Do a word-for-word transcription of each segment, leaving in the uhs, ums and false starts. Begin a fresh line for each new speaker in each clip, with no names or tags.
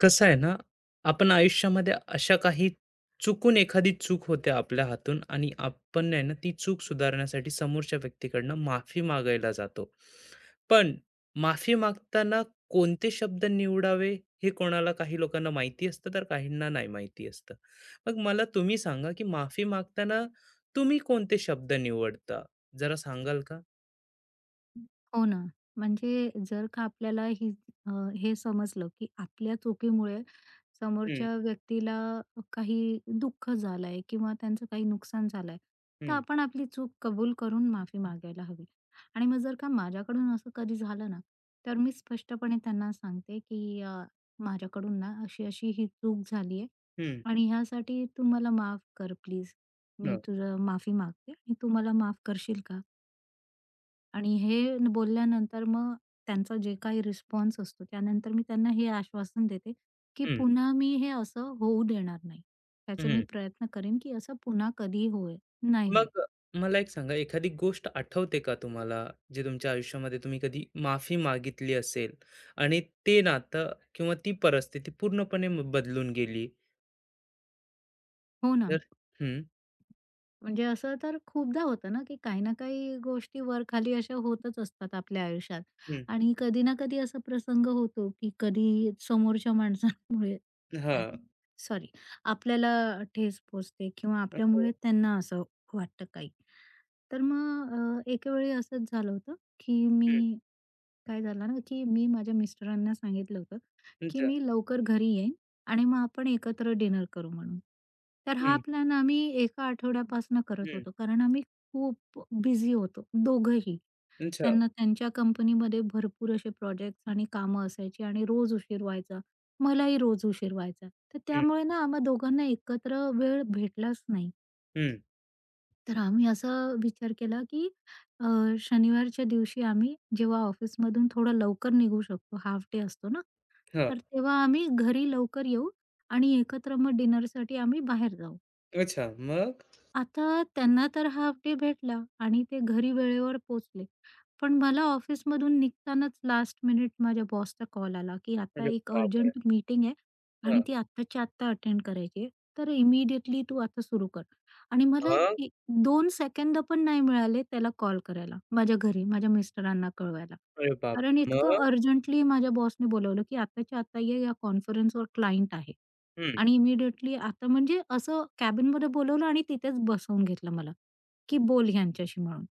कसं आहे ना, आपण आयुष्यामध्ये अशा काही चुकून एखादी चूक होते आपल्या हातून आणि आपण आहे ना, ती चूक सुधारण्यासाठी समोरच्या व्यक्तीकडनं माफी मागायला जातो. पण माफी मागताना कोणते शब्द निवडावे, हे कोणाला काही लोकांना माहिती असतं, तर काहींना नाही माहिती असतं. मग मला तुम्ही सांगा, की माफी मागताना तुम्ही कोणते शब्द निवडता? जरा सांगाल का?
हो ना. म्हणजे जर का आपल्याला ही अ, हे समजलं, की आपल्या चुकीमुळे
हं,
समोरच्या व्यक्तीला काही दुःख झालंय किंवा त्यांचं काही नुकसान झालंय, तर
हं,
आपण आपली चूक कबूल करून माफी मागायला हवी. आणि मग जर का माझ्याकडून असं कधी झालं ना, तर मी स्पष्टपणे त्यांना सांगते, की अ, माझ्याकडून ना अशी-अशी ही चूक झाली आहे
हं.
आणि ह्यासाठी तू मला माफ कर प्लीज. मी
हो.
तुझं माफी मागते आणि तू मला माफ करशील का? आणि हे न- बोलल्यानंतर मग त्यांचा जे काही रिस्पॉन्स असतो त्यानंतर मी त्यांना हे आश्वासन देते, की
हं,
पुन्हा मी हे असं होऊ देणार नाही. त्याचे मी प्रयत्न करेन, की असं पुन्हा कधीही होय नाही होईल.
मग मला एक सांगा, एखादी गोष्ट आठवते का तुम्हाला, जे तुमच्या आयुष्यामध्ये तुम्ही कधी माफी मागितली असेल आणि ते नातं किंवा ती परिस्थिती पूर्णपणे म बदलून गेली?
हो ना.
तर हं,
म्हणजे असं तर खूपदा होतं ना, की काही ना काही गोष्टी वर-खाली अशा होतच असतात आपल्या आयुष्यात
हं.
आणि कधी ना कधी असा प्रसंग होतो, की कधी समोरच्या माणसांमुळे
हां.
सॉरी आपल्याला ठेस पोहोचते किंवा आपल्यामुळे
हो.
त्यांना असं वाटतं काही. तर मग अ, एके वेळी असंच झालं होतं, की
हं.
मी काय झालं ना, की मी माझ्या मिस्टरांना सांगितलं होतं, की
अच्छा.
मी लवकर घरी येईन आणि मग आपण एकत्र डिनर करू म्हणून. तर हा
हं,
प्लॅन आम्ही एका आठवड्यापासून करत
हं.
होतो, कारण आम्ही खूप बिझी होतो दोघंही.
अच्छा.
त्यांना त्यांच्या कंपनीमध्ये भरपूर असे प्रोजेक्ट्स आणि कामं असायची आणि रोज उशीर व्हायचा. मलाही रोज उशीर व्हायचा. तर
हं,
त्यामुळे ना आम्हा दोघांना एकत्र वेळ भेटलाच नाही.
हं.
तर आम्ही असा विचार केला, की अ, शनिवारच्या दिवशी आम्ही जेव्हा ऑफिसमधून थोडं लवकर निघू शकतो, हाल्फ डे असतो ना,
हां.
तर तेव्हा आम्ही घरी लवकर येऊ आणि एकत्र मग डिनरसाठी आम्ही बाहेर जाऊ.
अच्छा. मग?
आता त्यांना तर हाल्फ डे भेटला आणि ते घरी वेळेवर पोहोचले. पण मला ऑफिसमधून निघतानाच लास्ट मिनिट माझ्या बॉसचा कॉल आला, की आता
अरे
एक
बापरे!
अर्जंट मीटिंग आहे
हां.
आणि ती आत्ताच्या आत्ता अटेंड करायची आहे. तर इमिडिएटली तू आता सुरू कर. आणि मला
हां.
ए दोन सेकंद पण नाही मिळाले त्याला कॉल करायला माझ्या घरी, माझ्या मिस्टरांना कळवायला.
अरे
कारण
बापरे! मग?
इतकं अर्जंटली माझ्या बॉसने बोलावलं, की आत्ताच्या आत्ता ये, या कॉन्फरन्सवर क्लायंट आहे.
हं.
आणि इमिडिएटली आता म्हणजे असं कॅबिनमध्ये बोलवलं आणि तिथेच बसवून घेतलं मला, की बोल ह्यांच्याशी म्हणून.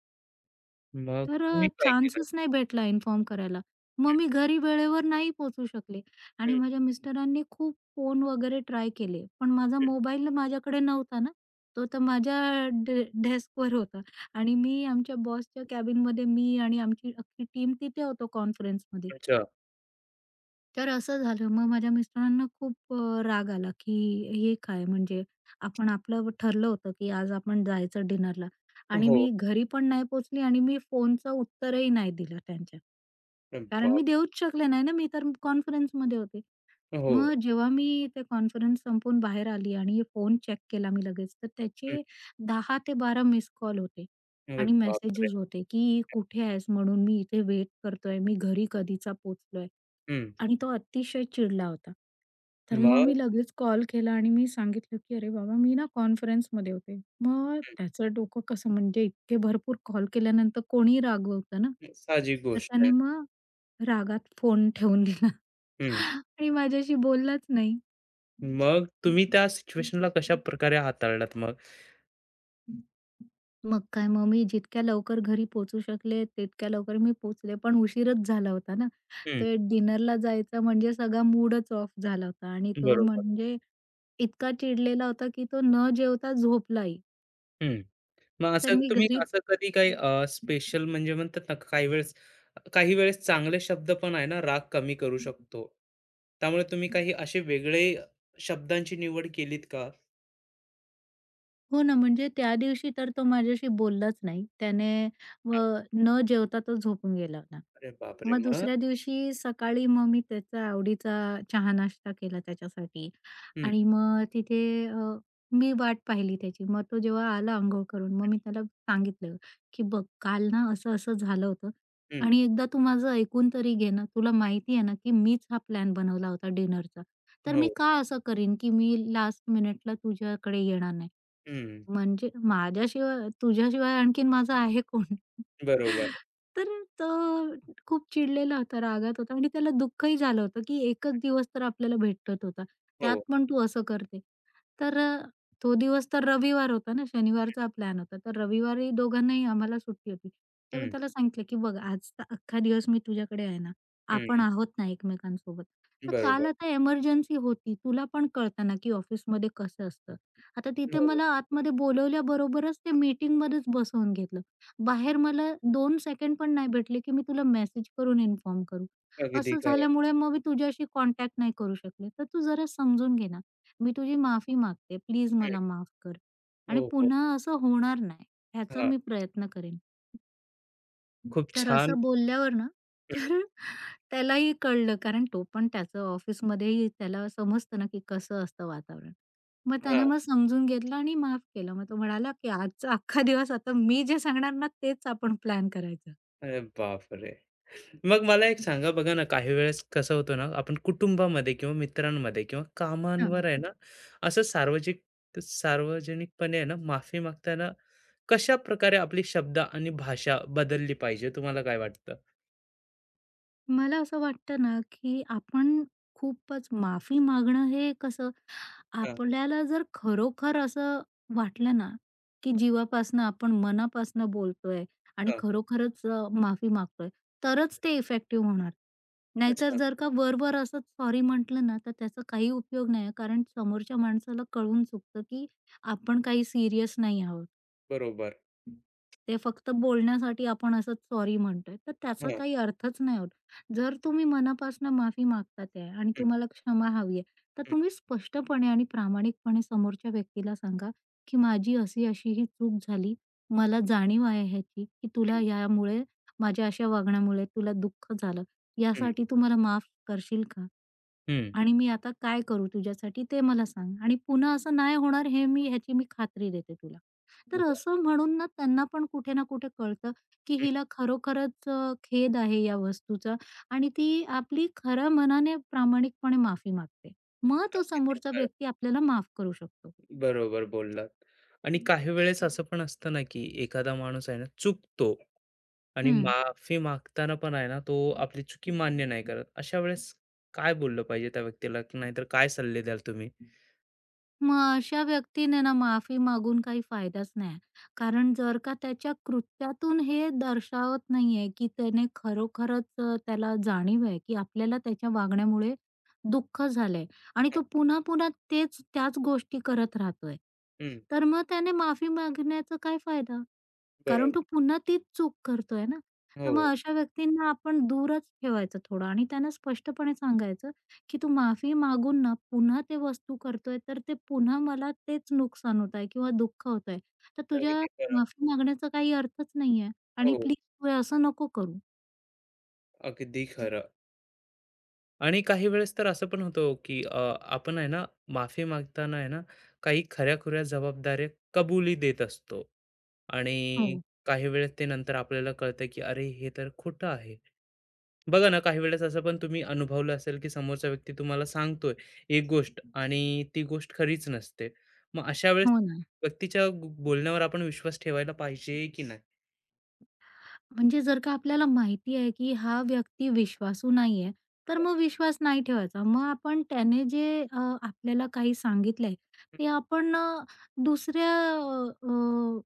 मग
तर
तुम्ही
अ,
काय केलं?
चान्सच नाही भेटला इन्फॉर्म करायला. मग मी घरी वेळेवर नाही पोहोचू शकले आणि
हं,
माझ्या मिस्टरांनी खूप फोन वगैरे ट्राय केले, पण माझा
हं.
मोबाईल माझ्याकडे नव्हता ना. तो तर माझ्या डे डेस्कवर होता आणि मी आमच्या बॉसच्या कॅबिनमध्ये मी आणि आमची अख्खी टीम तिथे होतो कॉन्फरन्समध्ये.
अच्छा.
तर असं झालं. मग माझ्या मिस्टरांना खूप अ, राग आला, की हे काय म्हणजे आपण आपलं ठरलं होतं, की आज आपण जायचं डिनरला आणि
हो.
मी घरी पण नाही पोचली आणि मी फोनचं उत्तरही नाही दिलं त्यांच्या.
अरे
कारण
बाप
मी देऊच शकले नाही ना, मी तर कॉन्फरन्समध्ये होते.
हो.
मग जेव्हा मी ते कॉन्फरन्स संपवून बाहेर आली आणि फोन चेक केला मी लगेच, तर
हं.
त्याचे दहा ते बारा मिस कॉल होते
अरे
आणि
बापरे!
मेसेजेस होते, की कुठे आहेस म्हणून मी इथे वेट करतोय, मी घरी कधीचा पोहोचलोय. आणि तो अतिशय चिडला होता. तर मग
मग
मी लगेच कॉल केला आणि मी सांगितलं, की "अरे बाबा, मी ना कॉन्फरन्समध्ये होते." मग त्याचं डोकं कसं म्हणजे इतके भरपूर कॉल केल्यानंतर कोणी रागवतं ना.
हं, साहजिक
तर
गोष्ट
त्याने
आहे.
मग रागात फोन ठेवून दिला
हं.
आणि माझ्याशी बोललाच नाही.
मग तुम्ही त्या सिच्युएशनला कशाप्रकारे हाताळलात मग?
मग काय, मग मी जितक्या लवकर घरी पोहोचू शकले, तितक्या लवकर मी पोहोचले. पण उशीरच झाला होता ना.
हं.
तर डिनरला जायचा म्हणजे सगळा मूडच ऑफ झाला होता आणि
हं,
तो
बरोबर.
म्हणजे इतका चिडलेला होता, की तो न जेवता झोपलाही.
हं. मग
तर
असं
मी
तुम्ही
घरी
असं कधी काही अ, स्पेशल म्हणजे म्हणतात ना, काही वेळेस काही वेळेस चांगले शब्द पण आहे ना, राग कमी करू शकतो. त्यामुळे तुम्ही काही असे वेगळे शब्दांची निवड केलीत का?
हो ना, म्हणजे त्या दिवशी तर तो माझ्याशी बोललाच नाही. त्याने अ, न जेवता तो झोपून गेला होता.
अरे बापरे!
मग
मग?
दुसऱ्या दिवशी सकाळी मग मी त्याचा आवडीचा चहा-नाश्ता केला त्याच्यासाठी
हं,
आणि मग तिथे अ, मी वाट पाहिली त्याची. मग तो जेव्हा आला अंघोळ करून, मग मी त्याला सांगितलं, की "बघ, काल ना असं-असं झालं होतं
हं.
आणि एकदा तू माझं ऐकून तरी घे ना. तुला माहिती आहे ना, की मीच हा प्लॅन बनवला होता डिनरचा. तर मी
हो.
का असं करीन, की मी लास्ट मिनिटला तुझ्याकडे येणार नाही?
हं.
म्हणजे माझ्याशिवाय तुझ्याशिवाय आणखीन माझं आहे कोण?
बरोबर.
तर तो खूप चिडलेला होता, रागात होता आणि त्याला दुःखही झालं होतं, की एकच दिवस तर आपल्याला भेटत होता. त्यात
हो.
पण तू असं करते. तर अ, तो दिवस तर रविवार होता ना, शनिवारचा प्लॅन होता. तर रविवारी दोघांनाही आम्हाला सुट्टी होती. तेव्हा
हं,
त्याला सांगितलं, की "बघ आजचा अख्खा दिवस मी तुझ्याकडे आहे ना, आपण
हं.
आहोत ना एकमेकांसोबत. तर काल
बरोबर.
आता एमर्जन्सी होती. तुला पण कळतं ना, की ऑफिसमध्ये कसं असतं." आता तिथे
हो.
मला आतमध्ये बोलवल्याबरोबरच ते मीटिंगमध्येच बसवून घेतलं. बाहेर मला दोन सेकंड पण नाही भेटले, की मी तुला मेसेज करून इन्फॉर्म करू.
अगदी
असं
खरं.
झाल्यामुळे मग मी तुझ्याशी कॉन्टॅक्ट नाही करू शकले. तर तू जरा समजून घे ना. मी तुझी माफी मागते. प्लीज
हं.
मला माफ कर आणि
हो, हो.
पुन्हा असं होणार नाही, ह्याचा
हां.
मी प्रयत्न करेन.
खूप
तर
छान.
असं बोलल्यावर ना,
हं,
तर त्यालाही कळलं कारण तो पण त्याचं ऑफिसमध्येही त्याला समजतं ना, की कसं असतं वातावरण. मग त्याने
हां.
मग समजून घेतलं आणि माफ केलं. मग तो म्हणाला, की आजचा अख्खा दिवस आता मी जे सांगणार ना, तेच आपण प्लॅन करायचं.
अरे बापरे! मग मला एक सांगा बघा ना, काही वेळेस कसं होतं ना, आपण कुटुंबामध्ये किंवा मित्रांमध्ये किंवा
हां.
कामांवर आहे ना, असं सार्वजिक सार्वजनिकपणे आहे ना, माफी मागताना कशाप्रकारे आपली शब्द आणि भाषा बदलली पाहिजे, तुम्हाला काय वाटतं?
मला असं वाटतं ना, की आपण खूपच माफी मागणं हे कसं
हां,
आपल्याला जर खरोखर असं वाटलं ना, की जीवापासनं आपण मनापासनं बोलतोय आणि
हां.
खरोखरच अ, माफी मागतोय, तरच
हं.
ते इफेक्टिव्ह होणार. नाहीतर
अच्छा.
जर का वर-वर असंच सॉरी म्हटलं ना, तर त्याचा काही उपयोग नाही आहे. कारण समोरच्या माणसाला कळून चुकतं, की आपण काही सीरियस नाही आहोत.
बरोबर.
ते फक्त बोलण्यासाठी आपण असंच सॉरी म्हणतोय, तर त्याचा
हां.
काही अर्थच नाही होत. जर तुम्ही मनापासून माफी मागतात आहे आणि
हं,
तुम्हाला क्षमा हवी आहे, तर
हं,
तुम्ही स्पष्टपणे आणि प्रामाणिकपणे समोरच्या व्यक्तीला सांगा, की माझी अशी-अशी ही चूक झाली. मला जाणीव आहे ह्याची, की तुला यामुळे माझ्या अशा वागण्यामुळे तुला दुःख झालं.
हं, हं.
यासाठी तू मला माफ करशील का?
हं.
आणि मी आता काय करू तुझ्यासाठी ते मला सांग आणि पुन्हा असं नाही होणार हे मी ह्याची मी खात्री देते तुला. तर
बरं.
असं म्हणून ना त्यांना पण कुठे ना कुठे कळतं, की
हं.
हिला खरोखरच अ, खेद आहे या वस्तूचा आणि ती आपली खऱ्या मनाने प्रामाणिकपणे माफी मागते. मग तो
अगदी
समोरचा
खरं.
व्यक्ती आपल्याला माफ करू शकतो.
बरोबर बोललात. आणि काही वेळेस असं पण असतं ना, की एखादा माणूस आहे ना, चुकतो. आणि
हं.
माफी मागताना पण आहे ना, तो आपली चुकी मान्य नाही करत. अशा वेळेस काय बोललं पाहिजे त्या व्यक्तीला? की नाहीतर काय सल्ले द्याल तुम्ही?
मग अशा व्यक्तीने ना माफी मागून काही फायदाच नाही. कारण जर का त्याच्या कृत्यातून हे दर्शवत नाहीये, की त्याने खरोखरच अ, त्याला जाणीव आहे, की आपल्याला त्याच्या वागण्यामुळे दुःख झालंय आणि
हां,
तो पुन्हा-पुन्हा तेच त्याच गोष्टी करत राहतोय.
हं,
तर मग त्याने माफी मागण्याचा काय फायदा? कारण
बरोबर.
तो पुन्हा तीच चूक करतोय ना. तर मग
हो,
अशा व्यक्तींना आपण दूरच ठेवायचं थोडं आणि त्यांना स्पष्टपणे सांगायचं, की "तू माफी मागून ना पुन्हा ते वस्तू करतोय, तर ते पुन्हा मला तेच नुकसान होत आहे किंवा दुःख होत आहे. तर तुझ्या
अगदी खरं.
माफी मागण्याचा काही अर्थच नाहीये आणि
हो,
प्लीज तू हे असं नको करू."
अगदी खरं. आणि काही वेळेस तर असं पण होतं, की अ, आपण आहे ना, माफी मागताना आहे ना, काही खऱ्या-खुऱ्या जबाबदाऱ्या कबुली देत असतो आणि
हो.
काही वेळेस ते नंतर आपल्याला कळतं, की अरे, हे तर खोटं आहे. बघा ना, काही वेळेस असं पण तुम्ही अनुभवलं असेल, की समोरचा व्यक्ती तुम्हाला सांगतोय एक गोष्ट आणि ती गोष्ट खरीच नसते. मग अशा वेळेस
हो ना.
व्यक्तीच्या गो- बोलण्यावर आपण विश्वास ठेवायला पाहिजे की नाही?
म्हणजे जर का आपल्याला माहिती आहे, की हा व्यक्ती विश्वासू नाहीये, तर मग विश्वास नाही ठेवायचा. मग आपण त्याने जे अ, आपल्याला काही सांगितलंय, ते आपण अ, दुसऱ्या अ, अ,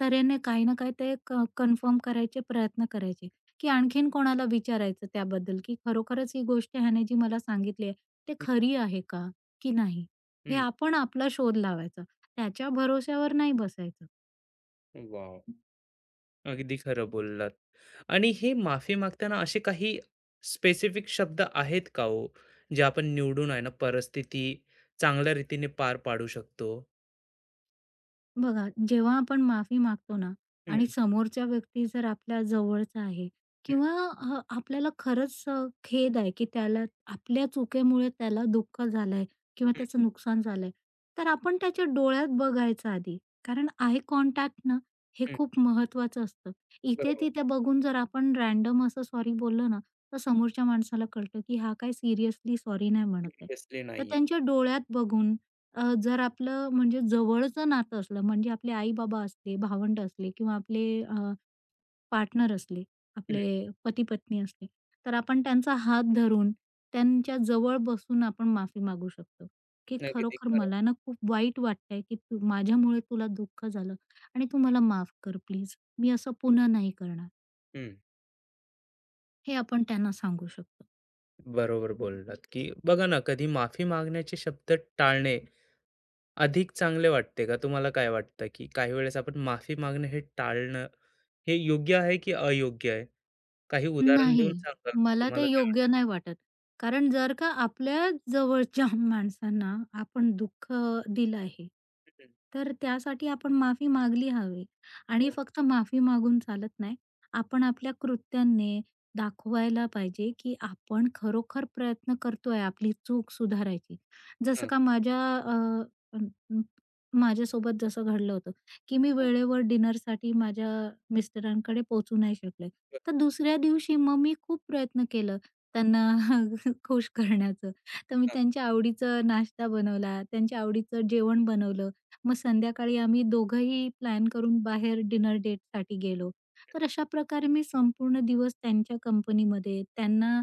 तऱ्हेने काही ना काही ते क कन्फर्म करायचे प्रयत्न करायचे, की आणखीन कोणाला विचारायचं त्याबद्दल, की खरोखरच ही गोष्ट ह्याने जी मला सांगितली आहे, ते
हं,
खरी आहे का, की नाही?
हं,
हे
हं.
आपण आपला शोध लावायचा. त्याच्या भरोश्यावर नाही बसायचं.
अगदी खरं बोललात. आणि हे माफी मागताना असे काही स्पेसिफिक शब्द आहेत का हो, जे आपण निवडून आहे ना परिस्थिती चांगल्या रीतीने पार पाडू शकतो?
बघा, जेव्हा आपण माफी मागतो ना आणि
हं,
समोरच्या व्यक्ती जर आपल्या जवळचा आहे
हं,
किंवा अ, आपल्याला खरंच अ, खेद आहे, की त्याला आपल्या चुकीमुळे त्याला दुःख झालंय किंवा
हं,
त्याचं नुकसान झालंय, तर आपण त्याच्या डोळ्यात बघायचं आधी. कारण आय कॉन्टॅक्ट ना हे
हं.
खूप महत्वाचं असतं.
बरोबर.
इथे-तिथे बघून जर आपण रँडम असं सॉरी बोललो ना, तर समोरच्या माणसाला कळतं, की हा काय सीरियसली सॉरी नाही म्हणत आहे.
सिरियसली
तर
नाहीये.
त्यांच्या डोळ्यात बघून अ, जर आपलं म्हणजे जवळचं नातं असलं, म्हणजे आपले आई-बाबा असले, भावंड असले किंवा आपले पार्टनर असले,
हं,
आपले पती-पत्नी असले, तर आपण त्यांचा हात धरून, त्यांच्या जवळ बसून आपण माफी मागू शकतो, की
अगदी
"खरोखर
खरं.
मला ना खूप वाईट वाटतंय, की तू माझ्यामुळे तुला दुःख झालं आणि तू मला माफ कर प्लीज. मी असं पुन्हा नाही करणार."
हं.
हे आपण त्यांना सांगू शकतो.
बरोबर बोललात, की बघा ना कधी माफी मागण्याचे शब्द टाळणे अधिक चांगले वाटते का? तुम्हाला काय वाटतं, की काही वेळेस आपण माफी मागणं हे टाळणं हे योग्य आहे की अयोग्य आहे? काही उदाहरण
नाही,
देऊन सांगाल
मला ते
तुम्हाला काय
योग्य नाही वाटत. कारण जर का आपल्या जवळच्या माणसांना आपण दुःख दिलं आहे,
वाटतं?
तर त्यासाठी आपण माफी मागली हवी आणि
हो.
फक्त माफी मागून चालत नाही. आपण आपल्या कृत्यांनी दाखवायला पाहिजे, की आपण खरोखर प्रयत्न करतोय आपली चूक सुधारायची. जसं
हां,
का माझ्या अ, अ, माझ्यासोबत जसं घडलं होतं, की मी
हां.
वेळेवर डिनरसाठी माझ्या मिस्टरांकडे पोहोचू नाही शकले. तर दुसऱ्या दिवशी मग मी खूप प्रयत्न केलं त्यांना खुश करण्याचं. तर मी
हां.
त्यांच्या आवडीचा नाश्ता बनवला, त्यांच्या आवडीचं जेवण बनवलं. मग संध्याकाळी आम्ही दोघंही प्लॅन करून बाहेर डिनर डेटसाठी गेलो. तर अशा प्रकारे मी संपूर्ण दिवस त्यांच्या कंपनीमध्ये त्यांना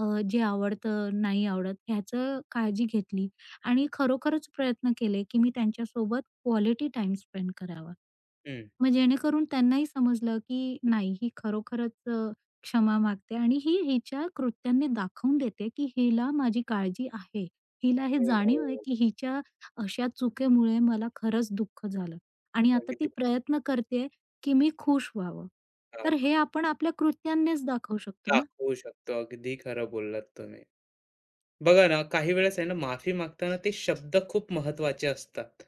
अ, जे आवडतं, नाही आवडत ह्याचं काळजी घेतली आणि खरोखरच प्रयत्न केले, की मी त्यांच्यासोबत क्वालिटी टाईम स्पेंड करावा.
हं.
मग जेणेकरून त्यांनाही समजलं, की नाही ही खरोखरच अ, क्षमा मागते आणि ही हिच्या कृत्यांनी दाखवून देते, की हिला माझी काळजी आहे. हिला हे
हो,
जाणीव
हो.
आहे, की हिच्या अशा चुकीमुळे मला खरंच दुःख झालं आणि आता ती
अगदी
प्रयत्न करते, की मी खुश व्हावं.
हां,
तर हे आपण आपल्या कृत्यांनीच दाखवू शकतो ना.
दाखवू शकतो. अगदी खरं बोललात तुम्ही. बघा ना, काही वेळेस आहे ना, माफी मागताना ते शब्द खूप महत्त्वाचे असतात.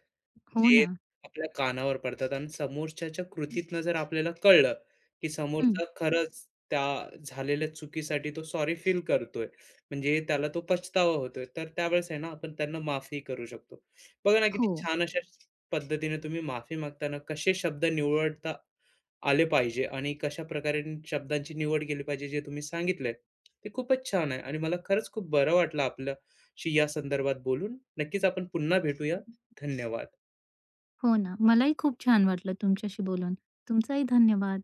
हो
जे
ना.
आपल्या कानावर पडतात आणि समोरच्याच्या कृतीतनं जर आपल्याला कळलं, की
हं.
समोरचा खरंच त्या झालेल्या चुकीसाठी तो सॉरी फील करतोय. म्हणजे त्याला तो पछतावा होतोय. तर त्यावेळेस आहे ना, आपण त्यांना माफही करू शकतो. बघा ना, किती
हो.
छान अशा पद्धतीने तुम्ही माफी मागताना कसे शब्द निवडता आले पाहिजे आणि कशाप्रकारे शब्दांची निवड केली पाहिजे जे तुम्ही सांगितलंय ते खूपच छान आहे आणि मला खरंच खूप बरं वाटलं आपल्याशी या संदर्भात बोलून नक्कीच आपण पुन्हा भेटूया धन्यवाद.
हो ना. मलाही खूप छान वाटलं तुमच्याशी बोलून. तुमचाही धन्यवाद.